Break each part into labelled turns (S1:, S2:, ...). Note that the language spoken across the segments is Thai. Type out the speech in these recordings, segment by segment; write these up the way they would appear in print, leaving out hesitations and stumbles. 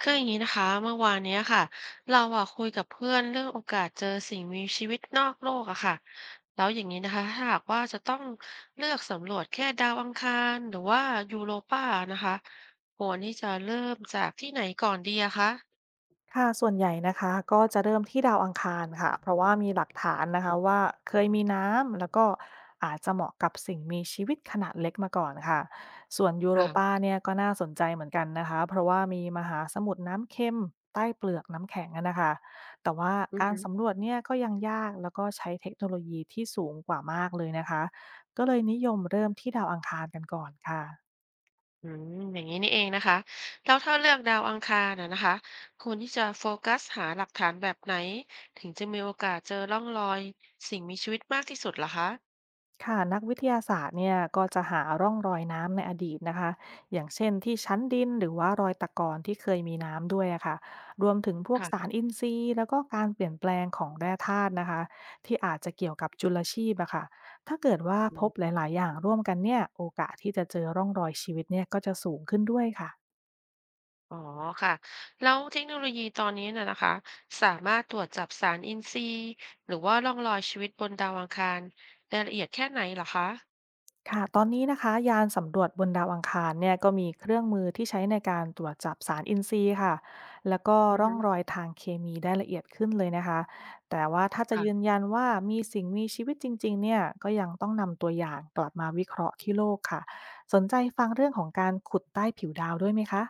S1: คืออย่างนี้นะคะเมื่อวานเนี้ยค่ะเราอะคุยกับเพื่อนเรื่องโอกาสเจอสิ่งมีชีวิตนอกโลกอะค่ะแล้วอย่างนี้นะคะถ้าหากว่าจะต้องเลือกสำรวจแค่ดาวอังคารหรือว่ายูโรปานะคะควรที่จะเริ่มจากที่ไหนก่อนดีอะคะ
S2: ค่ะส่วนใหญ่นะคะก็จะเริ่มที่ดาวอังคารค่ะเพราะว่ามีหลักฐานนะคะว่าเคยมีน้ำแล้วก็อาจจะเหมาะกับสิ่งมีชีวิตขนาดเล็กมาก่อนค่ะส่วนยูโร
S1: ค่ะ
S2: ปาเนี่ยก็น่าสนใจเหมือนกันนะคะเพราะว่ามีมหาสมุทรน้ำเค็มใต้เปลือกน้ำแข็งอะนะคะแต่ว่า
S1: อือ
S2: การ
S1: หือ
S2: สำรวจเนี่ยก็ยังยากแล้วก็ใช้เทคโนโลยีที่สูงกว่ามากเลยนะคะก็เลยนิยมเริ่มที่ดาวอังคารกันก่อนค่ะ
S1: อืมอย่างนี้นี่เองนะคะแล้วถ้าเลือกดาวอังคารนะคะควรที่จะโฟกัสหาหลักฐานแบบไหนถึงจะมีโอกาสเจอร่องรอยสิ่งมีชีวิตมากที่สุดเหรอคะ
S2: ค่ะนักวิทยาศาสตร์เนี่ยก็จะหาร่องรอยน้ำในอดีตนะคะอย่างเช่นที่ชั้นดินหรือว่ารอยตะกอนที่เคยมีน้ำด้วยอะค่ะรวมถึงพวกสา
S1: ค่ะ
S2: รอินทรีย์แล้วก็การเปลี่ยนแปลงของแร่ธาตุนะคะที่อาจจะเกี่ยวกับจุลชีพอะค่ะถ้าเกิดว่าพบหลายๆอย่างร่วมกันเนี่ยโอกาสที่จะเจอร่องรอยชีวิตเนี่ยก็จะสูงขึ้นด้วยค่ะ
S1: อ๋อค่ะแล้วเทคโนโลยีตอนนี้น่ะนะคะสามารถตรวจจับสารอินทรีย์หรือว่าร่องรอยชีวิตบนดาวอังคารได้ละเอียดแค่ไหนเหรอคะ
S2: ค่ะตอนนี้นะคะยานสำรวจบนดาวอังคารเนี่ยก็มีเครื่องมือที่ใช้ในการตรวจจับสารอินทรีย์ค่ะแล้วก็
S1: อือ
S2: ร่
S1: ฮึ
S2: องรอยทางเคมีได้ละเอียดขึ้นเลยนะคะแต่ว่าถ้าจะยืน
S1: ค่ะ
S2: ยันว่ามีสิ่งมีชีวิตจริงๆเนี่ยก็ยังต้องนำตัวอย่างกลับมาวิเคราะห์ที่โลกค่ะสนใจฟังเรื่องของการขุดใต้ผิวดาวด้วยไหมคะ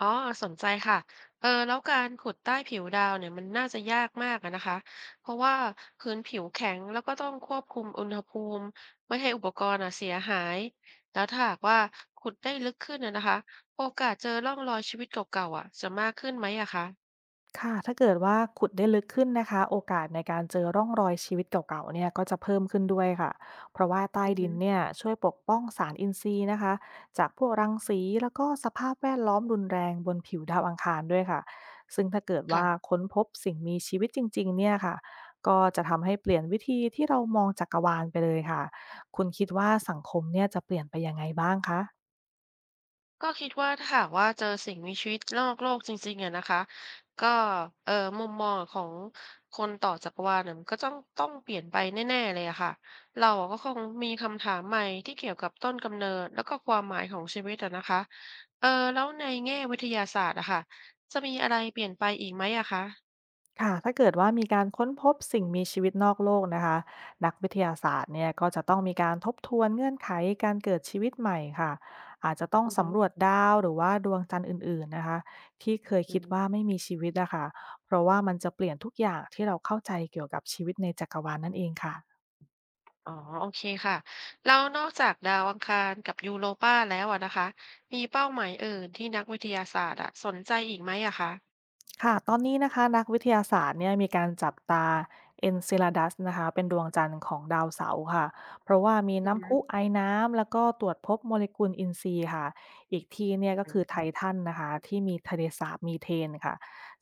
S1: อ๋อสนใจค่ะเออแล้วการขุดใต้ผิวดาวเนี่ยมันน่าจะยากมากอะนะคะเพราะว่าพื้นผิวแข็งแล้วก็ต้องควบคุมอุณหภูมิไม่ให้อุปกรณ์อะเสียหายแล้วถ้าหากว่าขุดได้ลึกขึ้นนะคะโอกาสเจอร่องรอยชีวิตเก่าๆอะจะมากขึ้นไหมอะคะ
S2: ค่ะถ้าเกิดว่าขุดได้ลึกขึ้นนะคะโอกาสในการเจอร่องรอยชีวิตเก่าๆเนี่ยก็จะเพิ่มขึ้นด้วยค่ะเพราะว่าใต้
S1: อือ
S2: ดิ
S1: ฮึ
S2: นเนี่ยช่วยปกป้องสารอินทรีย์นะคะจากพวกรังสีแล้วก็สภาพแวดล้อมรุนแรงบนผิวดาวอังคารด้วยค่ะซึ่งถ้าเกิดว่า
S1: ค่ะ
S2: ค้นพบสิ่งมีชีวิตจริงๆเนี่ยค่ะก็จะทำให้เปลี่ยนวิธีที่เรามองจักรวาลไปเลยค่ะคุณคิดว่าสังคมเนี่ยจะเปลี่ยนไปยังไงบ้างคะ
S1: ก็คิดว่าถ้าหากว่าเจอสิ่งมีชีวิตนอกโลกจริงๆอะนะคะก็เอ่อมุมมองของคนต่อจักรวาลเนี่ยมันก็ต้องเปลี่ยนไปแน่ๆเลยอะค่ะเราอะก็คงมีคำถามใหม่ที่เกี่ยวกับต้นกำเนิดแล้วก็ความหมายของชีวิตอะนะคะเออแล้วในแง่วิทยาศาสตร์อะค่ะจะมีอะไรเปลี่ยนไปอีกไหมอะคะ
S2: ค่ะถ้าเกิดว่ามีการค้นพบสิ่งมีชีวิตนอกโลกนะคะนักวิทยาศาสตร์เนี่ยก็จะต้องมีการทบทวนเงื่อนไขการเกิดชีวิตใหม่ค่ะอาจจะต้อง
S1: อือฮึ
S2: สำรวจดาวหรือว่าดวงจันทร์อื่นๆนะคะที่เคย
S1: อื
S2: คิดว่า
S1: ม
S2: ไม่มีชีวิตนะคะเพราะว่ามันจะเปลี่ยนทุกอย่างที่เราเข้าใจเกี่ยวกับชีวิตในจักรวาลนั่นเองค่ะ
S1: อ๋อโอเคค่ะแล้วนอกจากดาวอังคารกับยูโรปาแล้วอะนะคะมีเป้าหมายอื่นที่นักวิทยาศาสตร์อะสนใจอีกไหมอะคะ
S2: ค่ะตอนนี้นะคะนักวิทยาศาสตร์เนี่ยมีการจับตา Enceladus นเซ a d ดัสนะคะเป็นดวงจันทร์ของดาวเสาร์ค่ะเพราะว่ามี
S1: อือฮึ
S2: น้ำพุไอน้ำแล้วก็ตรวจพบโมเลกุลอินทรีย์ค่ะอีกที่เนี่ยก็
S1: อื
S2: คือไท
S1: ม
S2: ทันนะคะที่มีทะเลสาบมีเทนค่ะ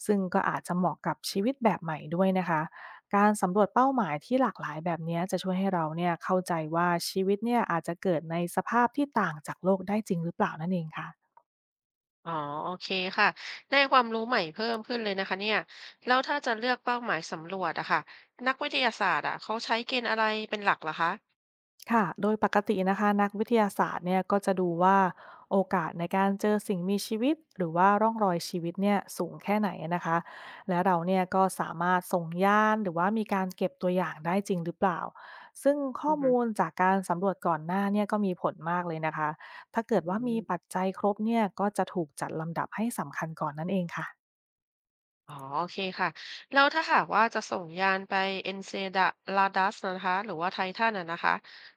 S2: ซึ่งก็อาจจะเหมาะกับชีวิตแบบใหม่ด้วยนะคะการสำรวจเป้าหมายที่หลากหลายแบบเนี้ยจะช่วยให้เราเนี่ยเข้าใจว่าชีวิตเนี่ยอาจจะเกิดในสภาพที่ต่างจากโลกได้จริงหรือเปล่านั่นเองค่ะ
S1: อ๋อ โอเคค่ะ ได้ความรู้ใหม่เพิ่มขึ้นเลยนะคะเนี่ยแล้วถ้าจะเลือกเป้าหมายสำรวจอะค่ะนักวิทยาศาสตร์อะเขาใช้เกณฑ์อะไรเป็นหลักเหรอคะ
S2: ค่ะ โดยปกตินะคะนักวิทยาศาสตร์เนี่ยก็จะดูว่าโอกาสในการเจอสิ่งมีชีวิตหรือว่าร่องรอยชีวิตเนี่ยสูงแค่ไหนนะคะและเราเนี่ยก็สามารถส่งยานหรือว่ามีการเก็บตัวอย่างได้จริงหรือเปล่าซึ่งข้
S1: อื
S2: อ
S1: อฮึ
S2: มูลจากการสำรวจก่อนหน้าเนี่ยก็มีผลมากเลยนะคะถ้าเกิด
S1: อื
S2: ว่ามี
S1: ม
S2: ปัจจัยครบเนี่ยก็จะถูกจัดลำดับให้สำคัญก่อนนั่นเองค่ะ
S1: อ๋อ โอเคค่ะ แล้วถ้าหากว่าจะส่งยานไป Enceladus นะคะหรือว่า Titan อะนะคะ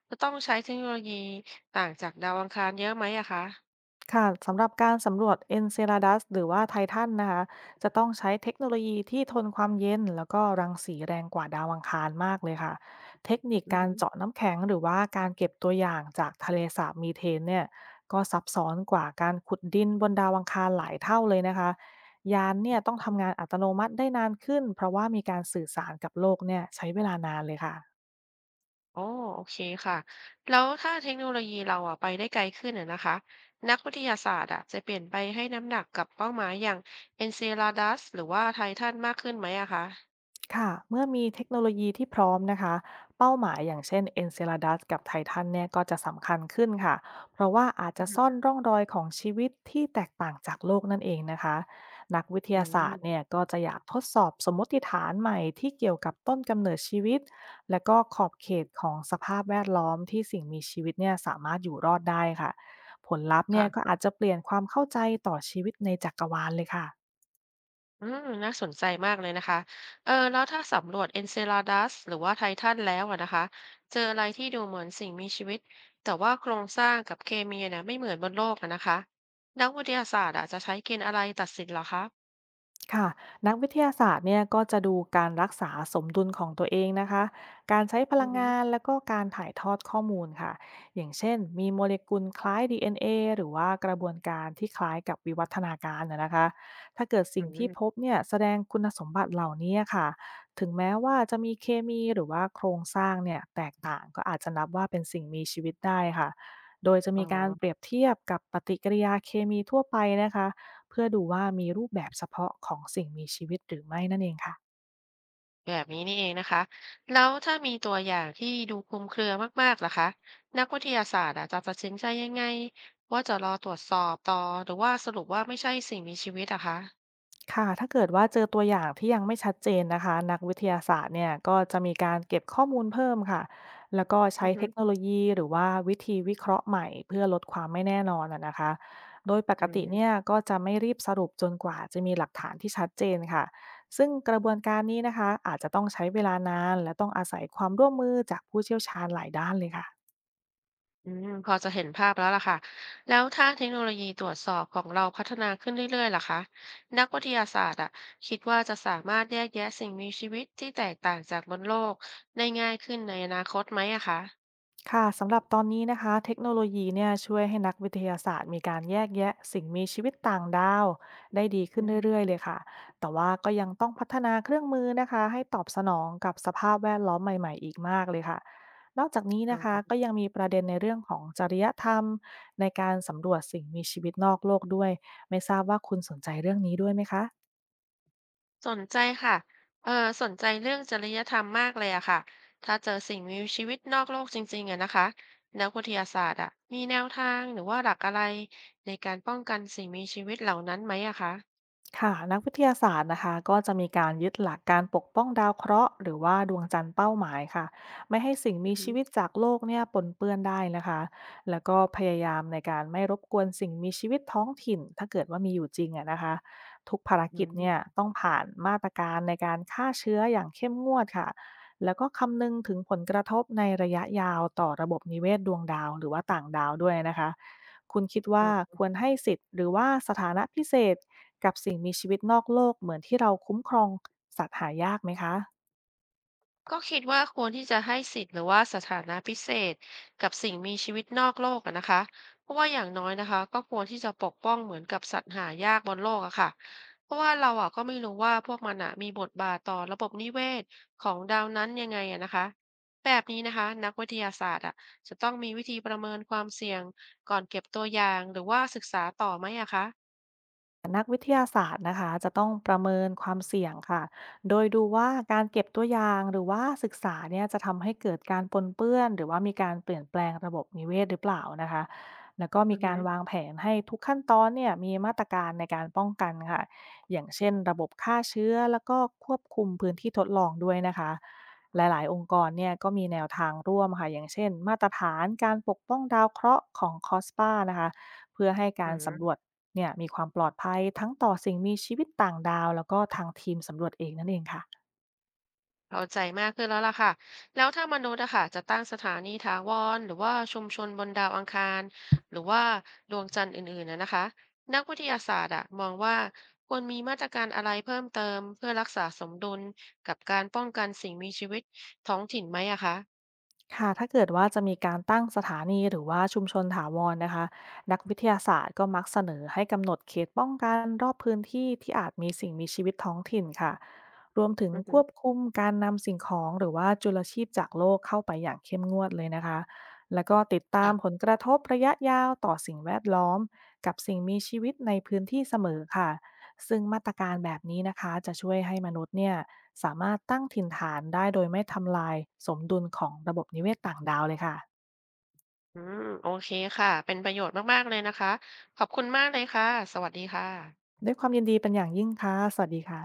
S1: จะต้องใช้เทคโนโลยีต่างจากดาวอังคารเยอะไหมอะคะ
S2: ค่ะสำหรับการสำรวจ Enceladus หรือว่า Titan นนะคะจะต้องใช้เทคโนโลยีที่ทนความเย็นแล้วก็รังสีแรงกว่าดาวอังคารมากเลยค่ะเทคนิค
S1: อือ
S2: การ
S1: ฮึ
S2: เจาะน้ำแข็งหรือว่าการเก็บตัวอย่างจากทะเลสาบมีเทนเนี่ยก็ซับซ้อนกว่าการขุดดินบนดาวอังคารหลายเท่าเลยนะคะยานเนี่ยต้องทำงานอัตโนมัติได้นานขึ้นเพราะว่ามีการสื่อสารกับโลกเนี่ยใช้เวลานานเลยค่ะ
S1: อ๋อโอเคค่ะแล้วถ้าเทคโนโลยีเราอะไปได้ไกลขึ้นอะนะคะนักวิทยาศาสตร์อะจะเปลี่ยนไปให้น้ำหนักกับเป้าหมายอย่าง Enceladus หรือว่าไททันมากขึ้นไหมอะคะ
S2: ค่ะเมื่อมีเทคโนโลยีที่พร้อมนะคะเป้าหมายอย่างเช่น Enceladus กับ Titan เนี่ยก็จะสำคัญขึ้นค่ะเพราะว่าอาจจะซ่
S1: อืึ
S2: อนร่องรอยของชีวิตที่แตกต่างจากโลกนั่นเองนะคะนักวิท
S1: อื
S2: ยาศา
S1: ม
S2: สตร์เนี่ยก็จะอยากทดสอบสมมติฐานใหม่ที่เกี่ยวกับต้นกำเนิดชีวิต และก็ขอบเขตของสภาพแวดล้อมที่สิ่งมีชีวิตเนี่ยสามารถอยู่รอดได้ค่ะผลลัพธ์เนี่ยก็
S1: ค่ะ
S2: อาจจะเปลี่ยนความเข้าใจต่อชีวิตในจักรวาลเลยค่ะ
S1: อืมน่าสนใจมากเลยนะคะเออแล้วถ้าสำรวจ e n c ซ l a d ัสหรือว่าไททันแล้วอะนะคะเจออะไรที่ดูเหมือนสิ่งมีชีวิตแต่ว่าโครงสร้างกับเคมีนะไม่เหมือนบนโลกอะนะคะนักวิทยาศาสตร์อะจะใช้เกณฑ์อะไรตัดสินเหรอคะ
S2: ค่ะนักวิทยาศาสตร์เนี่ยก็จะดูการรักษาสมดุลของตัวเองนะคะการใช้พ
S1: อื
S2: ลั
S1: อ
S2: ง
S1: ฮึ
S2: งานแล้วก็การถ่ายทอดข้อมูลค่ะอย่างเช่นมีโมเลกุลคล้าย DNA หรือว่ากระบวนการที่คล้ายกับวิวัฒนาการนะนะคะถ้าเกิด
S1: อื
S2: สิ่งที่
S1: ม
S2: พบเนี่ยแสดงคุณสมบัติเหล่านี้ค่ะถึงแม้ว่าจะมีเคมีหรือว่าโครงสร้างเนี่ยแตกต่างก็อาจจะนับว่าเป็นสิ่งมีชีวิตได้ค่ะโดยจะ
S1: อ๋อ
S2: มีการเปรียบเทียบกับปฏิกิริยาเคมีทั่วไปนะคะ เพื่อดูว่ามีรูปแบบเฉพาะของสิ่งมีชีวิตหรือไม่นั่นเองค่ะ
S1: แบบนี้นี่เองนะคะแล้วถ้ามีตัวอย่างที่ดูคลุมเครือมากๆล่ะคะนักวิทยาศาสตร์อะจะตัดสินใจยังไงว่าจะรอตรวจสอบต่อหรือว่าสรุปว่าไม่ใช่สิ่งมีชีวิตอะคะ
S2: ค่ะถ้าเกิดว่าเจอตัวอย่างที่ยังไม่ชัดเจนนะคะนักวิทยาศาสตร์เนี่ยก็จะมีการเก็บข้อมูลเพิ่มค่ะแล้วก็
S1: อื
S2: ใช้
S1: อฮึ
S2: เทคโนโลยีหรือว่าวิธีวิเคราะห์ใหม่เพื่อลดความไม่แน่นอนนะนะคะโดยป
S1: อื
S2: กติ
S1: ม
S2: เนี่ยก็จะไม่รีบสรุปจนกว่าจะมีหลักฐานที่ชัดเจนค่ะซึ่งกระบวนการนี้นะคะอาจจะต้องใช้เวลานานและต้องอาศัยความร่วมมือจากผู้เชี่ยวชาญหลายด้านเลยค่ะ
S1: อืมพอจะเห็นภาพแล้วล่ะค่ะแล้วถ้าเทคโนโลยีตรวจสอบของเราพัฒนาขึ้นเรื่อยๆล่ะคะนักวิทยาศาสตร์อะคิดว่าจะสามารถแยกแยะสิ่งมีชีวิตที่แตกต่างจากบนโลกได้ง่ายขึ้นในอนาคตไหมอะคะ
S2: ค่ะสำหรับตอนนี้นะคะเทคโนโลยีเนี่ยช่วยให้นักวิทยาศาสตร์มีการแยกแยะสิ่งมีชีวิตต่างดาวได้ดีขึ้
S1: อื
S2: น
S1: อ
S2: เรื่อยๆเลยค่ะแต่ว่าก็ยังต้องพัฒนาเครื่องมือนะคะให้ตอบสนองกับสภาพแวดล้อมใหม่ๆอีกมากเลยค่ะนอกจากนี้
S1: ฮ
S2: นะคะ
S1: ึ
S2: ก็ยังมีประเด็นในเรื่องของจริยธรรมในการสำรวจสิ่งมีชีวิตนอกโลกด้วยไม่ทราบว่าคุณสนใจเรื่องนี้ด้วยไหมคะ
S1: สนใจค่ะ เออสนใจเรื่องจริยธรรมมากเลยอะค่ะ ถ้าเจอสิ่งมีชีวิตนอกโลกจริงๆอะนะคะนักวิทยาศาสตร์อะมีแนวทางหรือว่าหลักอะไรในการป้องกันสิ่งมีชีวิตเหล่านั้นไหมอะคะ
S2: ค่ะนักวิทยาศาสตร์นะคะก็จะมีการยึดหลักการปกป้องดาวเคราะห์หรือว่าดวงจันทร์เป้าหมายค่ะไม่ให้สิ่ง
S1: อื
S2: มี
S1: อฮึ
S2: ชีวิตจากโลกเนี่ยปนเปื้อนได้นะคะแล้วก็พยายามในการไม่รบกวนสิ่งมีชีวิตท้องถิ่นถ้าเกิดว่ามีอยู่จริงอะนะคะทุกภาร
S1: อื
S2: กิจเนี่ย
S1: ม
S2: ต้องผ่านมาตรการในการฆ่าเชื้ออย่างเข้มงวดค่ะแล้วก็คำนึงถึงผลกระทบในระยะยาวต่อระบบนิเวศดวงดาวหรือว่าต่างดาวด้วยนะคะคุณคิดว่าควรให้สิทธิ์หรือว่าสถานะพิเศษ กับสิ่งมีชีวิตนอกโลกเหมือนที่เราคุ้มครองสัตว์หายากไหมคะ
S1: ก็คิดว่าควรที่จะให้สิทธิ์หรือว่าสถานะพิเศษกับสิ่งมีชีวิตนอกโลกอะนะคะ เพราะว่าอย่างน้อยนะคะก็ควรที่จะปกป้องเหมือนกับสัตว์หายากบนโลกอะค่ะ เพราะว่าเราอะก็ไม่รู้ว่าพวกมันอะมีบทบาทต่อระบบนิเวศของดาวนั้นยังไงอะนะคะแบบนี้นะคะนักวิทยาศาสตร์อะจะต้องมีวิธีประเมินความเสี่ยงก่อนเก็บตัวอย่างหรือว่าศึกษาต่อไหมอะคะ
S2: นักวิทยาศาสตร์นะคะจะต้องประเมินความเสี่ยงค่ะ โดยดูว่าการเก็บตัวอย่างหรือว่าศึกษาเนี่ยจะทำให้เกิดการปนเปื้อนหรือว่ามีการเปลี่ยนแปลงระบบนิเวศหรือเปล่านะคะแล้วก็
S1: อื
S2: มี
S1: อหื
S2: กา
S1: อ
S2: รวางแผนให้ทุกขั้นตอนเนี่ยมีมาตรการในการป้องกันค่ะอย่างเช่นระบบฆ่าเชื้อแล้วก็ควบคุมพื้นที่ทดลองด้วยนะคะหลายๆ องค์กรเนี่ยก็มีแนวทางร่วมค่ะอย่างเช่นมาตรฐานการปกป้องดาวเคราะห์ของคอสปานะคะ เพื่อให้
S1: อื
S2: การสำรว
S1: ม
S2: จเนี่ยมีความปลอดภัยทั้งต่อสิ่งมีชีวิตต่างดาวแล้วก็ทางทีมสำรวจเองนั่นเองค่ะ
S1: เข้าใจมากขึ้นแล้วล่ะค่ะแล้วถ้ามนุษย์อะค่ะจะตั้งสถานีถาวรหรือว่าชุมชนบนดาวอังคารหรือว่าดวงจันทร์อื่นๆนะคะนักวิทยาศาสตร์อะมองว่าควรมีมาตรการอะไรเพิ่มเติมเพื่อรักษาสมดุลกับการป้องกันสิ่งมีชีวิตท้องถิ่นไหมอะคะ
S2: ค่ะถ้าเกิดว่าจะมีการตั้งสถานีหรือว่าชุมชนถาวรนะคะนักวิทยาศาสตร์ก็มักเสนอให้กำหนดเขตป้องกันรอบพื้นที่ที่อาจมีสิ่งมีชีวิตท้องถิ่นค่ะรวมถึง
S1: อือ
S2: ค
S1: ฮึ
S2: วบคุมการนำสิ่งของหรือว่าจุลชีพจากโลกเข้าไปอย่างเข้มงวดเลยนะคะแล้วก็ติดตามผ
S1: ค่ะ
S2: ลกระทบระยะยาวต่อสิ่งแวดล้อมกับสิ่งมีชีวิตในพื้นที่เสมอค่ะ ซึ่งมาตรการแบบนี้นะคะจะช่วยให้มนุษย์เนี่ยสามารถตั้งถิ่นฐานได้โดยไม่ทำลายสมดุลของระบบนิเวศต่างดาวเลยค่ะ
S1: อืมโอเคค่ะเป็นประโยชน์มากๆเลยนะคะขอบคุณมากเลยค่ะสวัสดีค่ะ
S2: ด้วยความยินดีเป็นอย่างยิ่งค่ะสวัสดีค่ะ